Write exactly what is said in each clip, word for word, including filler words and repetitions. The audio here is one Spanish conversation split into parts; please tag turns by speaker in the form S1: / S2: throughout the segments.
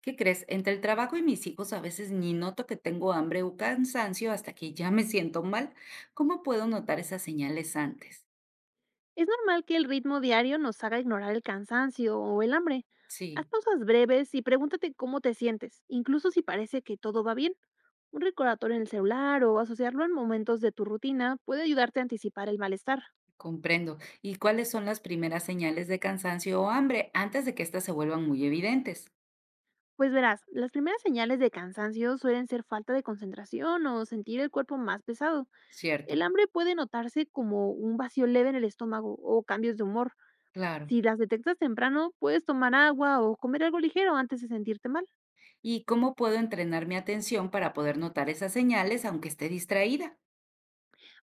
S1: ¿Qué crees? Entre el trabajo y mis hijos a veces ni noto que tengo hambre o cansancio hasta que ya me siento mal. ¿Cómo puedo notar esas señales antes?
S2: Es normal que el ritmo diario nos haga ignorar el cansancio o el hambre. Haz
S1: Sí,
S2: pausas breves y pregúntate cómo te sientes, incluso si parece que todo va bien. Un recordatorio en el celular o asociarlo en momentos de tu rutina puede ayudarte a anticipar el malestar.
S1: comprendo. ¿Y cuáles son las primeras señales de cansancio o hambre antes de que éstas se vuelvan muy evidentes?
S2: Pues verás, las primeras señales de cansancio suelen ser falta de concentración o sentir el cuerpo más pesado. El
S1: Cierto,
S2: hambre puede notarse como un vacío leve en el estómago o cambios de humor.
S1: claro.
S2: Si las detectas temprano, puedes tomar agua o comer algo ligero antes de sentirte mal.
S1: ¿Y cómo puedo entrenar mi atención para poder notar esas señales aunque esté distraída?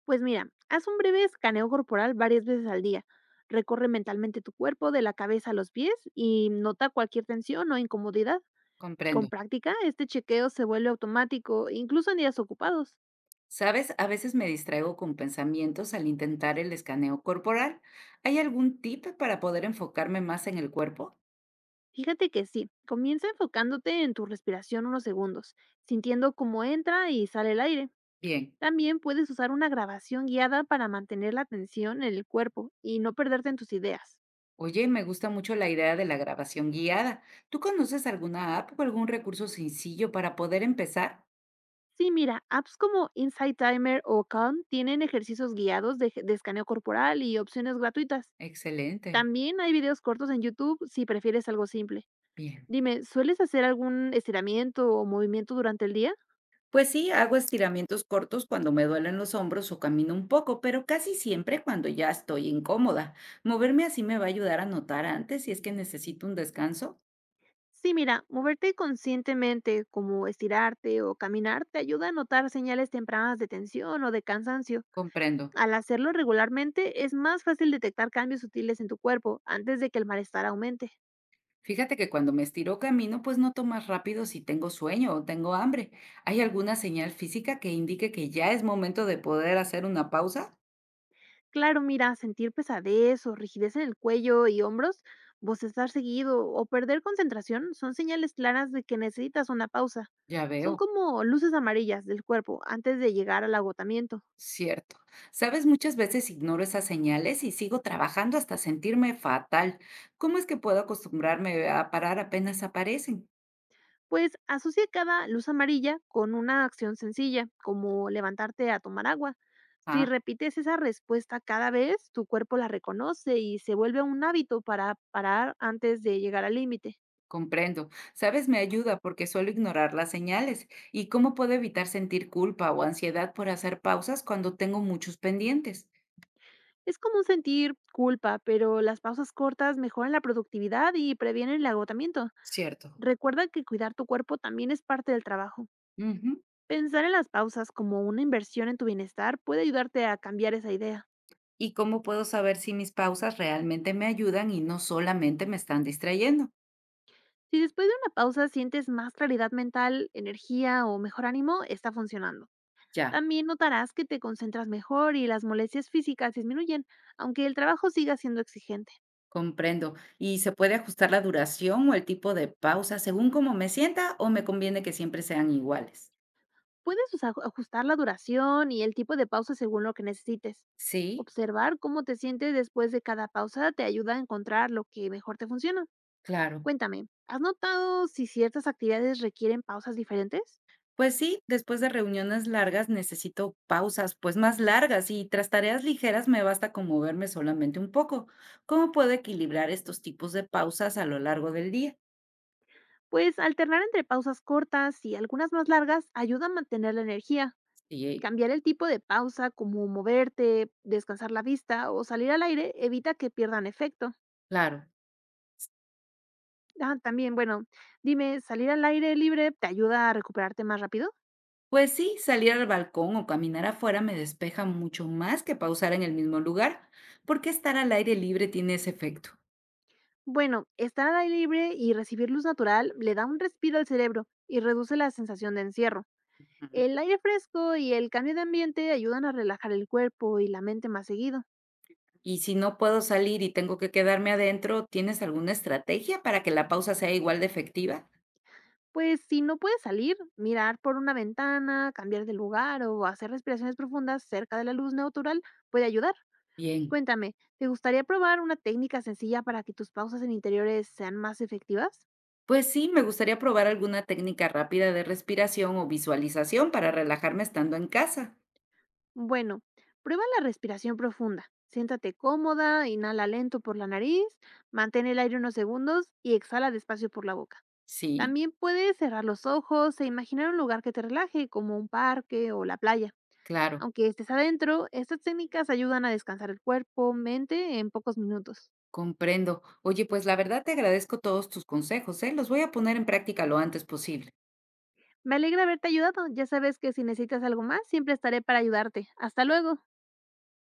S2: Pues mira, haz un breve escaneo corporal varias veces al día. Recorre mentalmente tu cuerpo de la cabeza a los pies y nota cualquier tensión o incomodidad.
S1: Comprendo.
S2: Con práctica, este chequeo se vuelve automático, incluso en días ocupados.
S1: ¿Sabes? A veces me distraigo con pensamientos al intentar el escaneo corporal. ¿Hay algún tip para poder enfocarme más en el cuerpo?
S2: Fíjate que sí, comienza enfocándote en tu respiración unos segundos, sintiendo cómo entra y sale el aire.
S1: Bien.
S2: También puedes usar una grabación guiada para mantener la atención en el cuerpo y no perderte en tus ideas.
S1: Oye, me gusta mucho la idea de la grabación guiada. ¿Tú conoces alguna app o algún recurso sencillo para poder empezar?
S2: Sí, mira, apps como Insight Timer o Calm tienen ejercicios guiados de, de escaneo corporal y opciones gratuitas.
S1: Excelente.
S2: También hay videos cortos en YouTube si prefieres algo simple.
S1: Bien.
S2: Dime, ¿sueles hacer algún estiramiento o movimiento durante el día?
S1: Pues sí, hago estiramientos cortos cuando me duelen los hombros o camino un poco, pero casi siempre cuando ya estoy incómoda. Moverme así me va a ayudar a notar antes si es que necesito un descanso.
S2: Sí, mira, moverte conscientemente, como estirarte o caminar, te ayuda a notar señales tempranas de tensión o de cansancio.
S1: Comprendo.
S2: Al hacerlo regularmente, es más fácil detectar cambios sutiles en tu cuerpo antes de que el malestar aumente.
S1: Fíjate que cuando me estiro camino, pues noto más rápido si tengo sueño o tengo hambre. ¿Hay alguna señal física que indique que ya es momento de poder hacer una pausa?
S2: Claro, mira, sentir pesadez o rigidez en el cuello y hombros, bostezar seguido o perder concentración son señales claras de que necesitas una pausa.
S1: Ya
S2: Son
S1: veo,
S2: como luces amarillas del cuerpo antes de llegar al agotamiento.
S1: cierto. Sabes, muchas veces ignoro esas señales y sigo trabajando hasta sentirme fatal. ¿Cómo es que puedo acostumbrarme a parar apenas aparecen?
S2: Pues asocia cada luz amarilla con una acción sencilla, como levantarte a tomar agua. Si
S1: Ah,
S2: repites esa respuesta cada vez, tu cuerpo la reconoce y se vuelve un hábito para parar antes de llegar al límite.
S1: comprendo. Sabes, me ayuda porque suelo ignorar las señales. ¿Y cómo puedo evitar sentir culpa o ansiedad por hacer pausas cuando tengo muchos pendientes?
S2: Es común sentir culpa, pero las pausas cortas mejoran la productividad y previenen el agotamiento.
S1: Cierto.
S2: Recuerda que cuidar tu cuerpo también es parte del trabajo.
S1: Ujú.
S2: Pensar en las pausas como una inversión en tu bienestar puede ayudarte a cambiar esa idea.
S1: ¿Y cómo puedo saber si mis pausas realmente me ayudan y no solamente me están distrayendo?
S2: Si después de una pausa sientes más claridad mental, energía o mejor ánimo, está funcionando.
S1: Ya,
S2: También notarás que te concentras mejor y las molestias físicas disminuyen, aunque el trabajo siga siendo exigente.
S1: comprendo. ¿Y se puede ajustar la duración o el tipo de pausa según cómo me sienta o me conviene que siempre sean iguales?
S2: Puedes usa- ajustar la duración y el tipo de pausa según lo que necesites.
S1: Sí,
S2: Observar cómo te sientes después de cada pausa te ayuda a encontrar lo que mejor te funciona.
S1: claro.
S2: Cuéntame, ¿has notado si ciertas actividades requieren pausas diferentes?
S1: Pues sí, después de reuniones largas necesito pausas, pues más largas y tras tareas ligeras me basta con moverme solamente un poco. ¿Cómo puedo equilibrar estos tipos de pausas a lo largo del día?
S2: Pues alternar entre pausas cortas y algunas más largas ayuda a mantener la energía.
S1: Sí,
S2: Cambiar el tipo de pausa, como moverte, descansar la vista o salir al aire, evita que pierdan efecto.
S1: claro.
S2: Ah, también, bueno, dime, ¿salir al aire libre te ayuda a recuperarte más rápido?
S1: Pues sí, salir al balcón o caminar afuera me despeja mucho más que pausar en el mismo lugar, porque estar al aire libre tiene ese efecto.
S2: Bueno, estar al aire libre y recibir luz natural le da un respiro al cerebro y reduce la sensación de encierro.
S1: Ujú.
S2: El aire fresco y el cambio de ambiente ayudan a relajar el cuerpo y la mente más seguido.
S1: Y si no puedo salir y tengo que quedarme adentro, ¿tienes alguna estrategia para que la pausa sea igual de efectiva?
S2: Pues si no puedes salir, mirar por una ventana, cambiar de lugar o hacer respiraciones profundas cerca de la luz natural puede ayudar.
S1: Bien.
S2: Cuéntame, ¿te gustaría probar una técnica sencilla para que tus pausas en interiores sean más efectivas?
S1: Pues sí, me gustaría probar alguna técnica rápida de respiración o visualización para relajarme estando en casa.
S2: Bueno, prueba la respiración profunda. Siéntate cómoda, inhala lento por la nariz, mantén el aire unos segundos y exhala despacio por la boca.
S1: Sí,
S2: También puedes cerrar los ojos e imaginar un lugar que te relaje, como un parque o la playa.
S1: claro,
S2: Aunque estés adentro, estas técnicas ayudan a descansar el cuerpo, mente en pocos minutos.
S1: comprendo. Oye, pues la verdad te agradezco todos tus consejos, ¿eh? Los voy a poner en práctica lo antes posible.
S2: Me alegra haberte ayudado. Ya sabes que si necesitas algo más, siempre estaré para ayudarte. Hasta luego.